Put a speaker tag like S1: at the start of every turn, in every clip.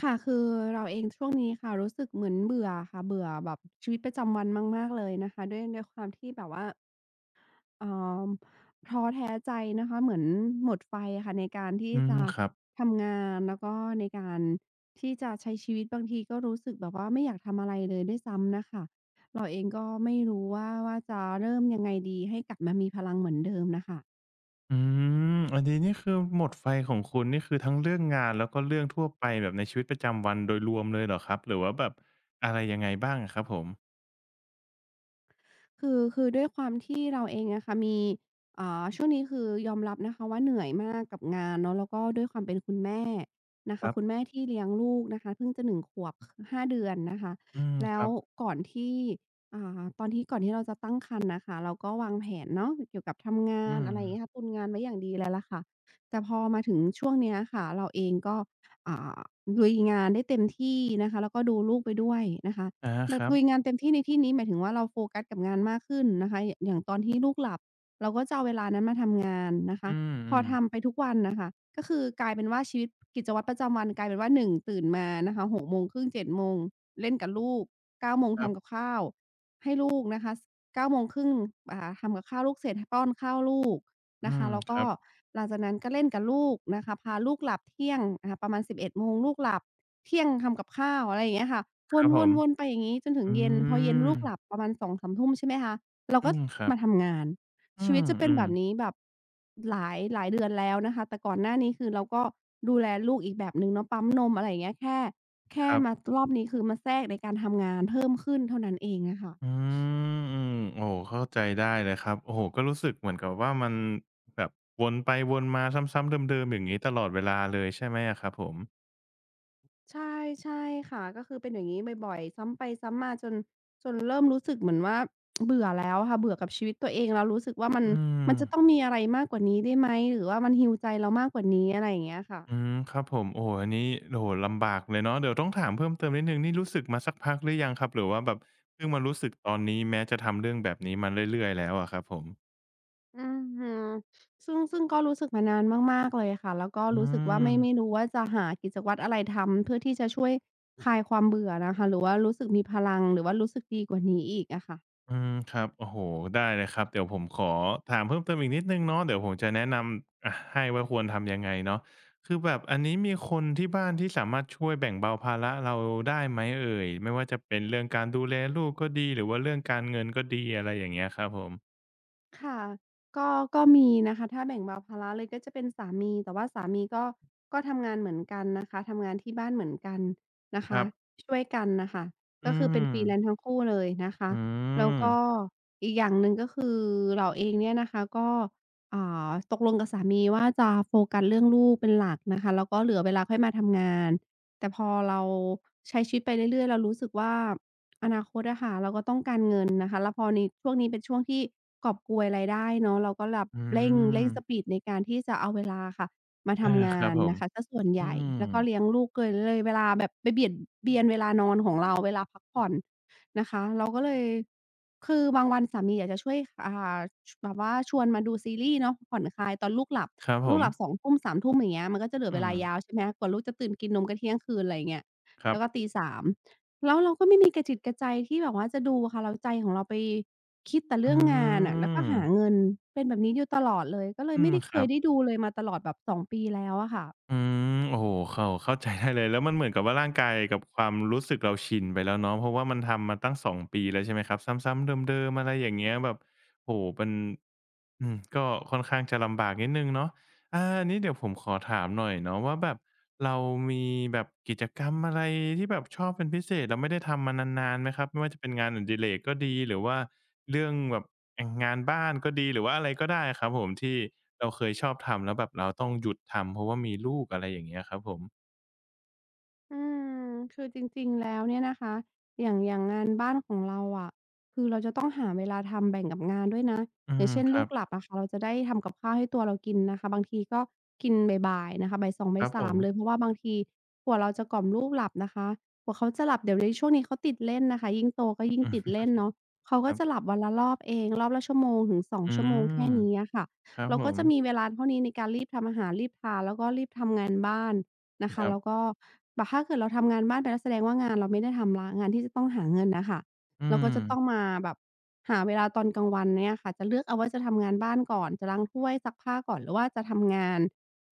S1: ค่ะคือเราเองช่วงนี้ค่ะรู้สึกเหมือนเบื่อค่ะเบื่อแบบชีวิตประจำวันมากๆเลยนะคะด้วยความที่แบบว่าเอ่อท้อแท้ใจนะคะเหมือนหมดไฟอะค่ะในการที่
S2: อืม
S1: จะ
S2: ครับ
S1: ทำงานแล้วก็ในการที่จะใช้ชีวิตบางทีก็รู้สึกแบบว่าไม่อยากทำอะไรเลยด้วยซ้ำน่ะค่ะเราเองก็ไม่รู้ว่าจะเริ่มยังไงดีให้กลับมามีพลังเหมือนเดิมน่ะค่ะ
S2: อืมอันนี้นี่คือหมดไฟของคุณนี่คือทั้งเรื่องงานแล้วก็เรื่องทั่วไปแบบในชีวิตประจำวันโดยรวมเลยเหรอครับหรือว่าแบบอะไรยังไงบ้างอะครับผม
S1: คือด้วยความที่เราเองอะค่ะมีช่วงนี้คือยอมรับนะคะว่าเหนื่อยมากกับงานเนาะแล้วก็ด้วยความเป็นคุณแม่นะ
S2: ค
S1: คะ
S2: รั
S1: คุณ
S2: บ
S1: แม่ที่เลี้ยงลูกนะคะเพิ่งจะหนึ่งขวบห้าเดือนนะคะ
S2: อืม
S1: แล้
S2: ค
S1: ว
S2: รับ
S1: ก่อนที่ตอนที่ก่อนที่เราจะตั้งครรภ์น่ะค่ะเราก็วางแผนเนาะเกี่ยวกับทำงา
S2: อื
S1: น
S2: ม
S1: อะไรอย่างเงี้ยค่ะตุนงานไว้อย่างดีเลยล่ะค่ะแต่พอมาถึงช่วงเนี้ยค่ะเราเองก็อ่าลุยงานได้เต็มที่นะคะแล้วก็ดูลูกไปด้วยนะคะ
S2: อะฮะ
S1: แบ
S2: ค
S1: บ
S2: รั
S1: ลุย
S2: บ
S1: งานเต็มที่ในที่นี้หมายถึงว่าเราโฟกัสกับงานมากขึ้นนะคะอย่างตอนที่ลูกหลับเราก็จะเอาเวลานั้นมาทำงานนะ
S2: อื
S1: คะพอทำ
S2: ม
S1: ไปทุกวันน่ะค่ะก็คือกลายเป็นว่าชีวิตกิจวัตรประจำวันกลายเป็นว่าหนึ่งตื่นมานะคะหกโมงครึ่งเจ็ดโมงเล่นกับลูกเก้าโมง
S2: ๆครั
S1: ทำกับ
S2: บ
S1: ข้าวให้ลูกนะคะสเก้าโมงครึ่งทำกับข้าวลูกเสร็จป้อนข้าวลูก
S2: อื
S1: นะคะ
S2: ม
S1: แล้ว
S2: ค
S1: ก็
S2: รับ
S1: หลังจากนั้นก็เล่นกับลูกนะคะพาลูกหลับเที่ยงประมาณสิบเอ็ดโมงลูกหลับ เที่ยงทำกับข้าวอะไรอย่างเงี้ยค่ะ
S2: ค
S1: ว
S2: รับผม
S1: นๆๆไปอย่างงี้จนถึง
S2: อื
S1: เย็นพอเย็น
S2: ม
S1: ลูกหลับประมาณ2-3ทุ่มใช่ไหมคะเรา
S2: อื
S1: ก็
S2: มครั
S1: มา
S2: บ
S1: ทำงาน
S2: อื
S1: ชีวิตจะเป็นแบบนี้
S2: ม
S1: แบบหลายเดือนแล้วนะคะแต่ก่อนหน้านี้คือเราก็ดูแลลูกอีกแบบหนึ่งเนาะปั๊มนมอะไรอย่างเงี้ยแค่
S2: ๆค
S1: แค่
S2: รับ
S1: มารอบนี้คือมาแทรกในการทำงานเพิ่มขึ้นเท่านั้นเองอะค่ะ
S2: อืมอืมโอ้โฮเข้าใจได้เลยครับโอ้โฮก็รู้สึกเหมือนกับว่ามันแบบวนไปวนมาซ้ำๆเดิมๆอย่างงี้ตลอดเวลาเลยใช่ไหมอะครับผม
S1: ใช่ใช่ค่ะก็คือเป็นอย่างงี้บ่อยๆซ้ำไปซ้ำมาจน เริ่มรู้สึกเหมือนว่าเบื่อแล้วอะค่ะเบื่อกับชีวิตตัวเองแล้วรู้สึกว่ามัน
S2: อื
S1: มั
S2: ม
S1: นจะต้องมีอะไรมากกว่านี้ได้ไหมหรือว่ามัน heal ใจเรามากกว่านี้อะไรอย่างเงี้ยค่ะ
S2: อืมครับผมโอ้โฮอันนี้โอ้โฮลำบากเลยเนาะเดี๋ยวต้องถามเพิ่มเติมนิดหนึ่งนี่รู้สึกมาสักพักหรือยังครับหรือว่าแบบเพิ่งมารู้สึกตอนนี้แม้จะทำเรื่องแบบนี้มาเรื่อยๆแล้วอะครับผม
S1: อือฮึซึ่งก็รู้สึกมานานมากๆเลยค่ะแล้วก็
S2: อื
S1: รู้สึกว่า
S2: ม
S1: ไม่รู้ว่าจะหากิจวัตรอะไรทำเพื่อที่จะช่วยคลายความเบื่อนะคะหรือว่ารู้สึกมีพลังหรือว่ารู้สึกดีกว่านี้อีกอะค่ะ
S2: อืมครับโอ้โฮได้เลยครับเดี๋ยวผมขอถามเพิ่มเติมอีกนิดหนึ่งเนาะเดี๋ยวผมจะแนะนำอาให้ว่าควรทำยังไงเนาะคือแบบอันนี้มีคนที่บ้านที่สามารถช่วยแบ่งเบาภาระเราได้ไหมเอ่ยไม่ว่าจะเป็นเรื่องการดูแลลูกก็ดีหรือว่าเรื่องการเงินก็ดีอะไรอย่างเงี้ยครับผม
S1: ค่ะก็ก็มีนะคะถ้าแบ่งเบาภาระเลยก็จะเป็นสามีแต่ว่าสามีก็ทำงานเหมือนกันนะคะทำงานที่บ้านเหมือนกันนะ
S2: ค
S1: คะ
S2: รับ
S1: ช่วยกันน่ะค่ะ
S2: อื
S1: ก็คือเป็น freelance
S2: ม
S1: ทั้งคู่เลยนะคะ
S2: อื
S1: แล้ว
S2: ม
S1: ก็อีกอย่างหนึ่งก็คือเราเองเนี่ยนะคะก็อ่ตกลงกับสามีว่าจะโฟกัสเรื่องลูกเป็นหลักนะคะแล้วก็เหลือเวลาค่อยมาทำงานแต่พอเราใช้ชีวิตไปเรื่อยๆเรารู้สึกว่า อนาคตอะค่ะเราก็ต้องการเงินนะคะแล้วพอในช่วงนี้เป็นช่วงที่กอบโกยรายได้เนาะเราก็แบบ
S2: อื
S1: เร่ง
S2: ม
S1: เร่งสปีดในการที่จะเอาเวลาค่ะมา
S2: อา
S1: ทำ
S2: ค
S1: งา
S2: รับ
S1: น
S2: ผม
S1: นะคะเสียส่วน
S2: อื
S1: ใหญ่
S2: ม
S1: แล้วก็เลี้ยงลูกเอยเลยเวลาแบบไปเบียดเบียนเวลานอนของเราเวลาพักผ่อนนะคะเราก็เลยคือบางวันสามีอยากจะช่วยอ่าชแบบว่าชวนมาดูซีรีส์เนาะผ่อนคลายตอนลูกหลับ
S2: ครับผ
S1: ลูก
S2: ม
S1: หลับสองทุ่มสามท3่มอย่างเงี้ยมันก็จะเหลือเว
S2: อืม
S1: ลายาวใช่ไหมกว่าลูกจะตื่นกินนมก็เที่ยงคืนอะไรอย่างเงี้ย
S2: ครั
S1: แล้วก็
S2: บ
S1: ตีสาม แล้วเราก็ไม่มีกระจิตกระใจที่แบบว่าจะดูอะค่ะเราใจของเราไปคิดแต่
S2: อื
S1: เรื่องงานน่ะแล้วก็
S2: ม
S1: หาเงินเป็นแบบนี้อยู่ตลอดเลยก็เล
S2: อื
S1: ยไม่
S2: ม
S1: ได้
S2: ค
S1: เค
S2: รั
S1: ย
S2: บ
S1: ได้ดูเลยมาตลอดแบบ2ปีแล้วอะค่ะ
S2: อืมโอ้โฮเข้าเข้าใจได้เลยแล้วมันเหมือนกับว่าร่างกายกับความรู้สึกเราชินไปแล้วเนาะเพราะว่ามันทำมาตั้งสองปีแล้วใช่ไหมครับ ซ้ำๆเดิมๆอะไรอย่างเงี้ยแบบโอ้โฮเป็น อืมก็ค่อนข้างจะลำบากนิดนึงเนาะอาอันนี้เดี๋ยวผมขอถามหน่อยเนาะว่าแบบเรามีแบบกิจกรรมอะไรที่แบบชอบเป็นพิเศษแล้ไม่ได้ทำมานานๆไหมครับไม่ว่าจะเป็นงานอดิเรกก็ดีหรือว่าเรื่องแบบงานบ้านก็ดีหรือว่าอะไรก็ได้ครับผมที่เราเคยชอบทำแล้วแบบเราต้องหยุดทำเพราะว่ามีลูกอะไรอย่างเงี้ยครับผม
S1: อืมคือจริงๆแล้วเนี่ยนะคะอย่างงานบ้านของเราอะคือเราจะต้องหาเวลาทำแบ่งกับงานด้วยนะ
S2: อื
S1: อย่า
S2: ม
S1: งเช่น
S2: ครั
S1: ลูกหลั
S2: บ
S1: บอะค่ะเราจะได้ทำกับข้าวให้ตัวเรากินนะคะบางทีก็กินบ่ายๆนะคะบ่าย2
S2: ค
S1: บ่าย
S2: รับผม
S1: 3เลยเพราะว่าบางทีกว่าเราจะกล่อมลูกหลับนะคะกว่าเขาจะหลับเดี๋ยวนี้ช่วงนี้เขาติดเล่นน่ะค่ะยิ่งโตก็ยิ่ง
S2: อื
S1: ติด
S2: ม
S1: เล่นเนาะเขา
S2: ค
S1: ก็
S2: รั
S1: จะห
S2: บ
S1: ลับวันละรอบเองรอบละชั่วโมงถึงสอง
S2: อื
S1: ชั่วโมง
S2: ม
S1: แค่นี้อะค่ะ
S2: ครับ
S1: เรา
S2: ผ
S1: ก็
S2: ม
S1: จะมีเวลาเท่านี้ในการรีบทำอาหารรีบทานแล้วก็รีบทำงานบ้าน นะ
S2: ค
S1: คะ
S2: รับ
S1: แล้วก็แบบถ้าเกิดเราทำงานบ้านไปแล้วแสดงว่างานเราไม่ได้ทำแล้วงานที่จะต้องหาเงินน่ะค่ะ
S2: อื
S1: เราก็
S2: ม
S1: จะต้องมาแบบหาเวลาตอนกลางวันเนี่ยค่ะจะเลือกเอาว่าจะทำงานบ้านก่อนจะล้างถ้วยซักผ้าก่อนหรือว่าจะทำงาน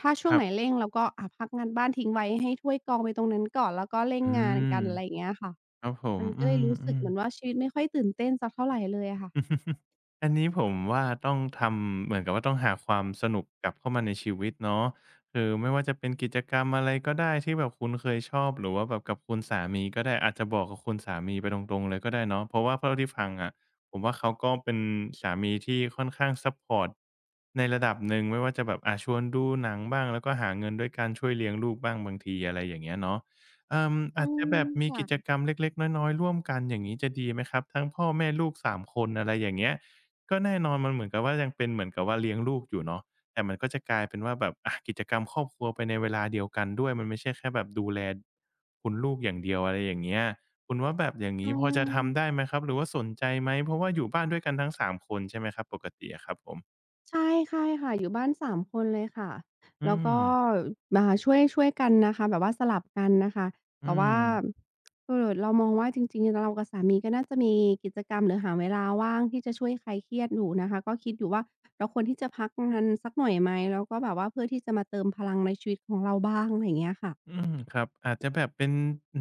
S1: ถ้า
S2: ค
S1: ช่วง
S2: รั
S1: ไหน
S2: บ
S1: เร่งเราก็พักงานบ้านทิ้งไว้ให้ถ้วยกองไปตรงนั้นก่อนแล้วก็เร่ง
S2: อื
S1: งาน
S2: ม
S1: กันอะไรอย่างเงี้ยค่ะ
S2: ครับผม
S1: มันก็
S2: อื
S1: เลยรู้สึก
S2: ม
S1: เหมือนว่า
S2: ๆ
S1: ชีวิตไม่ค่อยตื่นเต้นสักเท่าไรเลยอะค่ะ
S2: อันนี้ผมว่าต้องทำเหมือนกับว่าต้องหาความสนุกกลับเข้ามาในชีวิตเนาะคือไม่ว่าจะเป็นกิจกรรมอะไรก็ได้ที่แบบคุณเคยชอบหรือว่าแบบกับคุณสามีก็ได้อาจจะบอกกับคุณสามีไปตรงๆเลยก็ได้เนาะเพราะว่าเท่าที่ฟังอะผมว่าเขาก็เป็นสามีที่ค่อนข้างซัปพอร์ตในระดับหนึ่งไม่ว่าจะแบบอาชวนดูหนังบ้างแล้วก็หาเงินด้วยการช่วยเลี้ยงลูกบ้างบางทีอะไรอย่างเงี้ยเนาะ
S1: อื
S2: อาจจะ
S1: ม
S2: แบบมีกิจก
S1: ค่ะ
S2: รรมเล็กๆน้อยๆร่วมกันอย่างงี้จะดีไหมครับทั้งพ่อแม่ลูกสามคนอะไรอย่างเงี้ยก็แน่นอนมันเหมือนกับว่ายังเป็นเหมือนกับว่าเลี้ยงลูกอยู่เนาะแต่มันก็จะกลายเป็นว่าแบบอะกิจกรรมครอบครัวไปในเวลาเดียวกันด้วยมันไม่ใช่แค่แบบดูแลคุณลูกอย่างเดียวอะไรอย่างเงี้ยคุณว่าแบบอย่าง
S1: อื
S2: งี้พอจะทำได้
S1: ม
S2: ไหมครับหรือว่าสนใจไหมเพราะว่าอยู่บ้านด้วยกันทั้ง3คนใช่ไหมครับปกติอะครับผม
S1: ใช่ใช่ค่ะอยู่บ้าน3คนเลยค่ะ
S2: อื
S1: แล้ว
S2: ม
S1: ก็ช่วยกันนะคะแบบว่าสลับกันน่ะค่ะ
S2: อื
S1: แต่ว่า
S2: ม
S1: เรามองว่าจริงๆเรากับสามีก็น่าจะมีกิจกรรมหรือหาเวลาว่างที่จะช่วยคลายเครียดอยู่นะคะก็คิดอยู่ว่าเราควรที่จะพักงานสักหน่อยไหมแล้วก็แบบว่าเพื่อที่จะมาเติมพลังในชีวิตของเราบ้างอะไรอย่างเงี้ยค่ะ
S2: อืมครับอาจจะแบบเป็น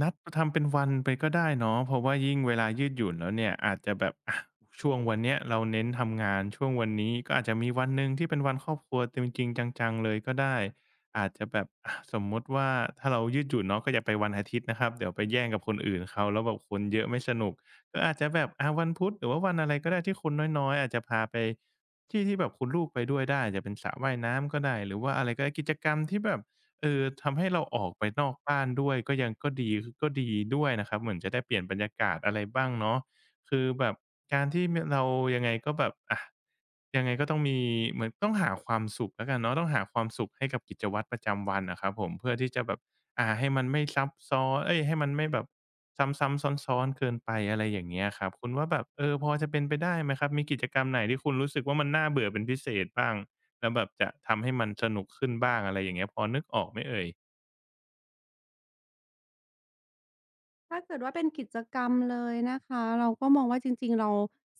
S2: นัดทำเป็นวันไปก็ได้เนาะเพราะว่ายิ่งเวลายืดหยุ่นแล้วเนี่ยอาจจะแบบอะช่วงวันเนี้ยเราเน้นทำงานช่วงวันนี้ก็อาจจะมีวันหนึ่งที่เป็นวันครอบครัวจริงๆจังๆเลยก็ได้อาจจะแบบอะสมมุติว่าถ้าเรายืดหยุ่นเนาะก็อย่าไปวันอาทิตย์นะครับเดี๋ยวไปแย่งกับคนอื่นเขาแล้วแบบคนเยอะไม่สนุกก็อาจจะแบบอะวันพุธหรือว่าวันอะไรก็ได้ที่คนน้อยๆอาจจะพาไปที่ที่แบบคุณลูกไปด้วยได้อาจจะเป็นสระว่ายน้ำก็ได้หรือว่าอะไรก็ได้กิจกรรมที่แบบ เออทำให้เราออกไปนอกบ้านด้วยก็ยังก็ดีก็ดีด้วยนะครับเหมือนจะได้เปลี่ยนบรรยากาศอะไรบ้างเนาะคือแบบการที่มเรายังไงก็แบบอะยังไงก็ต้องมีเหมือนต้องหาความสุขแล้วกันเนาะต้องหาความสุขให้กับกิจวัตรประจำวันอะครับผมเพื่อที่จะแบบให้มันไม่ซับซ้อนเอ๊ยให้มันไม่แบบซ้ำๆซ้อนๆเกินไปอะไรอย่างเงี้ยครับคุณว่าแบบเออพอจะเป็นไปได้ไหมครับมีกิจกรรมไหนที่คุณรู้สึกว่ามันน่าเบื่อเป็นพิเศษบ้าง แล้วแบบจะทำให้มันสนุกขึ้นบ้างอะไรอย่างเงี้ยพอนึกออกไหมเอ่ย
S1: ถ้าเกิดว่าเป็นกิจกรรมเลยนะคะเราก็มองว่าจริงๆเรา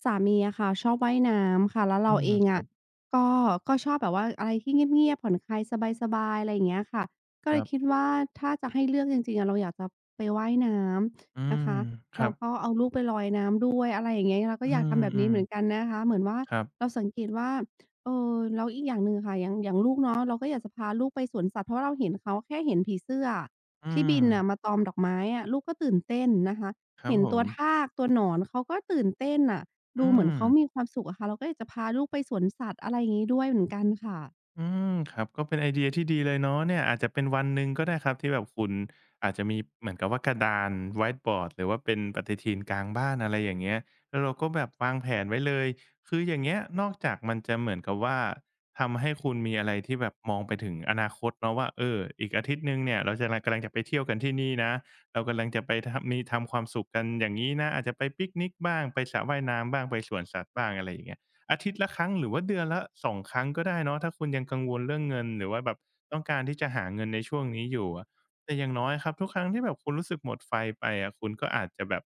S1: สามีอะค่ะชอบว่ายน้ำค่ะแล้ว
S2: อื
S1: เรา
S2: ม
S1: เอง
S2: ครั
S1: อะ
S2: บ
S1: ก็ก็ชอบแบบว่าอะไรที่เงียบๆผ่อนคลายสบายๆอะไรอย่างเงี้ยค่ะก็
S2: ค
S1: เล
S2: รั
S1: ยคิด
S2: บ
S1: ว่าถ้าจะให้เลือกจริงๆอะเราอยากจะไปว่ายน้
S2: อื
S1: ำนะ
S2: ม
S1: คะ
S2: ครับ
S1: ายน้ำด้วยอะไรอย่างเงี้ยเราก็
S2: อื
S1: อยากทำแบบนี้
S2: ม
S1: เหมือนกันนะคะเหมือนว่า
S2: ๆครับ
S1: เราสังเกตว่าแล้วอีกอย่างหนึ่งอะค่ะอย่างลูกเนาะเราก็อยากจะพาลูกไปสวนสัตว์เพราะว่าเราเห็นเขาแค่เห็นผีเสื้ออะ
S2: อื
S1: ที่บิ
S2: ม
S1: นน่ะมาตอมดอกไม้อะลูกก็ตื่นเต้นนะคะ
S2: ครับ
S1: เห็น
S2: ผ
S1: ตัว
S2: ม
S1: ทากตัวหนอนเขาก็ตื่นเต้นน่ะ
S2: อื
S1: ดูเหมือน
S2: ม
S1: เขามีความสุขอะค่ะเราก็อยากจะพาลูกไปสวนสัตว์อะไรอย่างงี้ด้วยเหมือนกันค่ะ
S2: อืมครับก็เป็นไอเดียที่ดีเลยเนาะเนี่ยอาจจะเป็นวันหนึ่งก็ได้ครับที่แบบคุณอาจจะมีเหมือนกับว่ากระดานไวต์บอร์ดหรือว่าเป็นปฏิทินกลางบ้านอะไรอย่างเงี้ยแล้วเราก็แบบวางแผนไว้เลยคืออย่างเงี้ยนอกจากมันจะเหมือนกับว่าทำให้คุณมีอะไรที่แบบมองไปถึงอนาคตเนาะว่าเอออีกอาทิตย์หนึ่งเนี่ยเราจะกำลังจะไปเที่ยวกันที่นี่นะเรากำลังจะไปทำมีทำความสุขกันอย่างงี้นะอาจจะไปปิกนิกบ้างไปสระว่ายน้ำบ้างไปสวนสัตว์บ้างอะไรอย่างเงี้ย อาทิตย์ละครั้งหรือว่าเดือนละ2ครั้งก็ได้เนาะถ้าคุณยังกังวลเรื่องเงินหรือว่าแบบต้องการที่จะหาเงินในช่วงนี้อยู่อะแต่อย่างน้อยครับทุกครั้งที่แบบคุณรู้สึกหมดไฟไปอะคุณก็อาจจะแบบ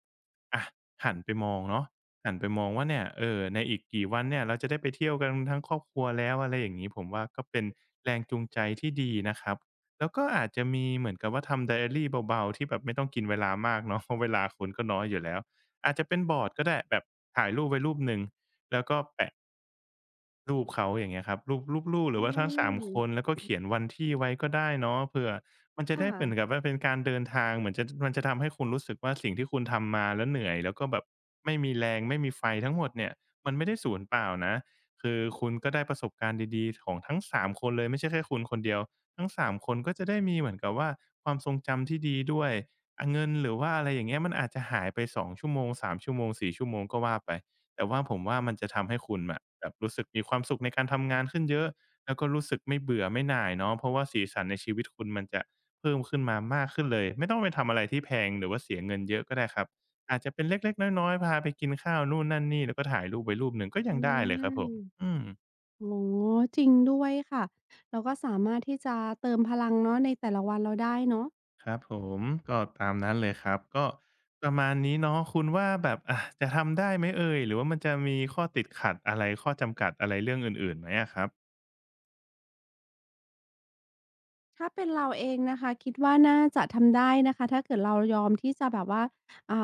S2: อะหันไปมองเนาะหันไปมองว่าเนี่ยเออในอีกกี่วันเนี่ยเราจะได้ไปเที่ยวกันทั้งครอบครัวแล้วอะไรอย่างงี้ผมว่าก็เป็นแรงจูงใจที่ดีนะครับแล้วก็อาจจะมีเหมือนกับว่าทำไดอะรีเบาๆที่แบบไม่ต้องกินเวลามากเนาะ เพราะเวลาคุณก็น้อยอยู่แล้วอาจจะเป็นบอร์ดก็ได้แบบถ่ายรูปไว้รูปหนึ่งแล้วก็แปะ รูปเขาอย่างเงี้ยครับรูปลูกหรื
S1: อื
S2: อว่าทั้งสามคน
S1: ม
S2: แล้วก็เขียนวันที่ไว้ก็ได้เนาะเผื่อมันจะ
S1: ค
S2: ได้เหมือนกับ
S1: ่ะ
S2: ว่าเป็นการเดินทางเหมือนจะมันจะทำให้คุณรู้สึกว่าสิ่งที่คุณทำมาแล้วเหนื่อยแล้วก็แบบไม่มีแรงไม่มีไฟทั้งหมดเนี่ยมันไม่ได้สูญเปล่านะคือคุณก็ได้ประสบการณ์ดีๆของทั้งสามคนเลยไม่ใช่แค่คุณคนเดียวทั้งสามคนก็จะได้มีเหมือนกับว่าความทรงจำที่ดีด้วยอาเงินหรือว่าอะไรอย่างเงี้ยมันอาจจะหายไปสองชั่วโมงสามชั่วโมงสี่ชั่วโมงก็ว่าไป แต่ว่าผมว่ามันจะทำให้คุณอะแบบรู้สึกมีความสุขในการทำงานขึ้นเยอะแล้วก็รู้สึกไม่เบื่อไม่หน่ายเนาะเพราะว่าสีสันในชีวิตคุณมันจะเพิ่มขึ้นมามากขึ้นเลยไม่ต้องไปทำอะไรที่แพงหรือว่าเสียเงินเยอะก็ได้ครับอาจจะเป็นเล็กๆน้อยๆพาไปกินข้าวนู่นนั่นนี่แล้วก็ถ่ายรูปไว้รูปหนึ่งก็ยั
S1: อื
S2: งได้เลยครับผม
S1: ม
S2: อืม
S1: อ๋อจริงด้วยค่ะเราก็สามารถที่จะเติมพลังเนาะในแต่ละวันเราได้เนาะ
S2: ครับผมก็ตามนั้นเลยครับก็ประมาณนี้เนาะคุณว่าแบบอะจะทำได้ไหมเอ่ยหรือว่ามันจะมีข้อติดขัดอะไรข้อจำกัดอะไรเรื่องอื่นๆไหมอะครับ
S1: ถ้าเป็นเราเองนะคะคิดว่าน่าจะทำได้นะคะถ้าเกิดเรายอมที่จะแบบว่าอ่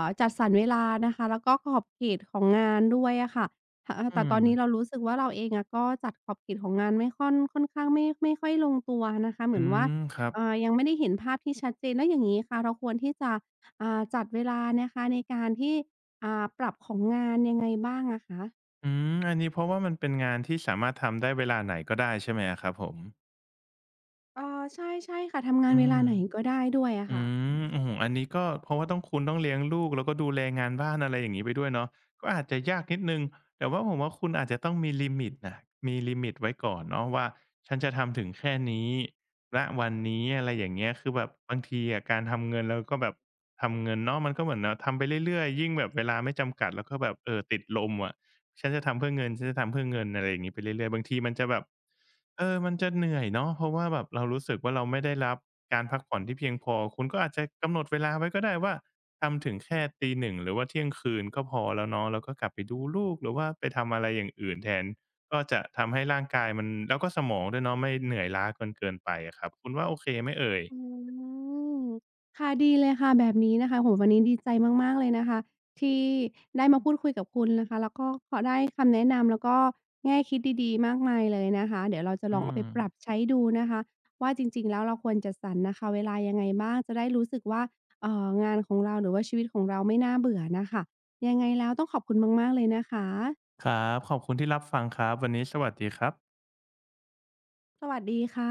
S1: จัดสรรเวลานะคะแล้วก็ขอบเขตของงานด้วยอะค่ะถเออ
S2: อื
S1: แต่ต
S2: ม
S1: อนนี้เรารู้สึกว่าเราเองอะก็จัดขอบเขตของงานไม่ค่อนค่อนข้างไม่ค่อยลงตัวนะคะเห
S2: อื
S1: มือนว่า
S2: มครับ
S1: ยังไม่ได้เห็นภาพที่ชัดเจนแล้วอย่างงี้ค่ะเราควรที่จะจัดเวลานะคะในการที่ปรับของงานยังไงบ้างอะคะ
S2: อืมอันนี้เพราะว่ามันเป็นงานที่สามารถทำได้เวลาไหนก็ได้ใช่ไหมอะครับผม
S1: อใช่ใช่ค่ะทำงาน
S2: อื
S1: เวลา
S2: ม
S1: ไหนก็ได้ด้วยอะ
S2: อื
S1: ค่ะ
S2: มโอ้โฮอันนี้ก็เพราะว่าต้องคุณต้องเลี้ยงลูกแล้วก็ดูแลงานบ้านอะไรอย่างงี้ไปด้วยเนาะก็อาจจะยากนิดหนึ่งแต่ว่าผมว่าคุณอาจจะต้องมีลิมิตน่ะมีลิมิตไว้ก่อนเนาะว่าฉันจะทำถึงแค่นี้ณวันนี้อะไรอย่างเงี้ยคือแบบบางทีอะการทำเงินเราก็แบบทำเงินเนาะมันก็เหมือนเนาะทำไปเรื่อยๆยิ่งแบบเวลาไม่จำกัดแล้วก็แบบติดลมอะ ฉันจะทำเพื่อเงิน ฉันจะทำเพื่อเงินอะไรอย่างงี้ไปเรื่อยๆบางทีมันจะแบบเออมันจะเหนื่อยเนาะเพราะว่าแบบเรารู้สึกว่าเราไม่ได้รับการพักผ่อนที่เพียงพอ คุณก็อาจจะกำหนดเวลาไว้ก็ได้ว่าทำถึงแค่ตีหนึ่งหรือว่าเที่ยงคืนก็พอแล้วเนาะแล้วก็กลับไปดูลูกหรือว่าไปทำอะไรอย่างอื่นแทนก็จะทำให้ร่างกายมันแล้วก็สมองด้วยเนาะไม่เหนื่อยล้าจนเกินไปอะครับคุณว่าโอเคไหมเอ่ย
S1: อืมค่ะดีเลยค่ะแบบนี้นะคะโอ้โฮวันนี้ดีใจมากๆเลยนะคะที่ได้มาพูดคุยกับคุณนะคะแล้วก็ขอได้คำแนะนำแล้วก็แง่คิดดีๆมากมายเลยนะคะเดี๋ยวเราจะ
S2: อื
S1: ลองเอา
S2: ม
S1: ไปปรับใช้ดูนะคะว่าจริงๆแล้วเราควรจัดสรรนะคะเวลายังไงบ้างจะได้รู้สึกว่างานของเราหรือว่าชีวิตของเราไม่น่าเบื่อน่ะค่ะยังไงแล้วต้องขอบคุณมากๆเลยนะคะ
S2: ครับขอบคุณที่รับฟังครับ วันนี้สวัสดีครับ
S1: สวัสดีค่ะ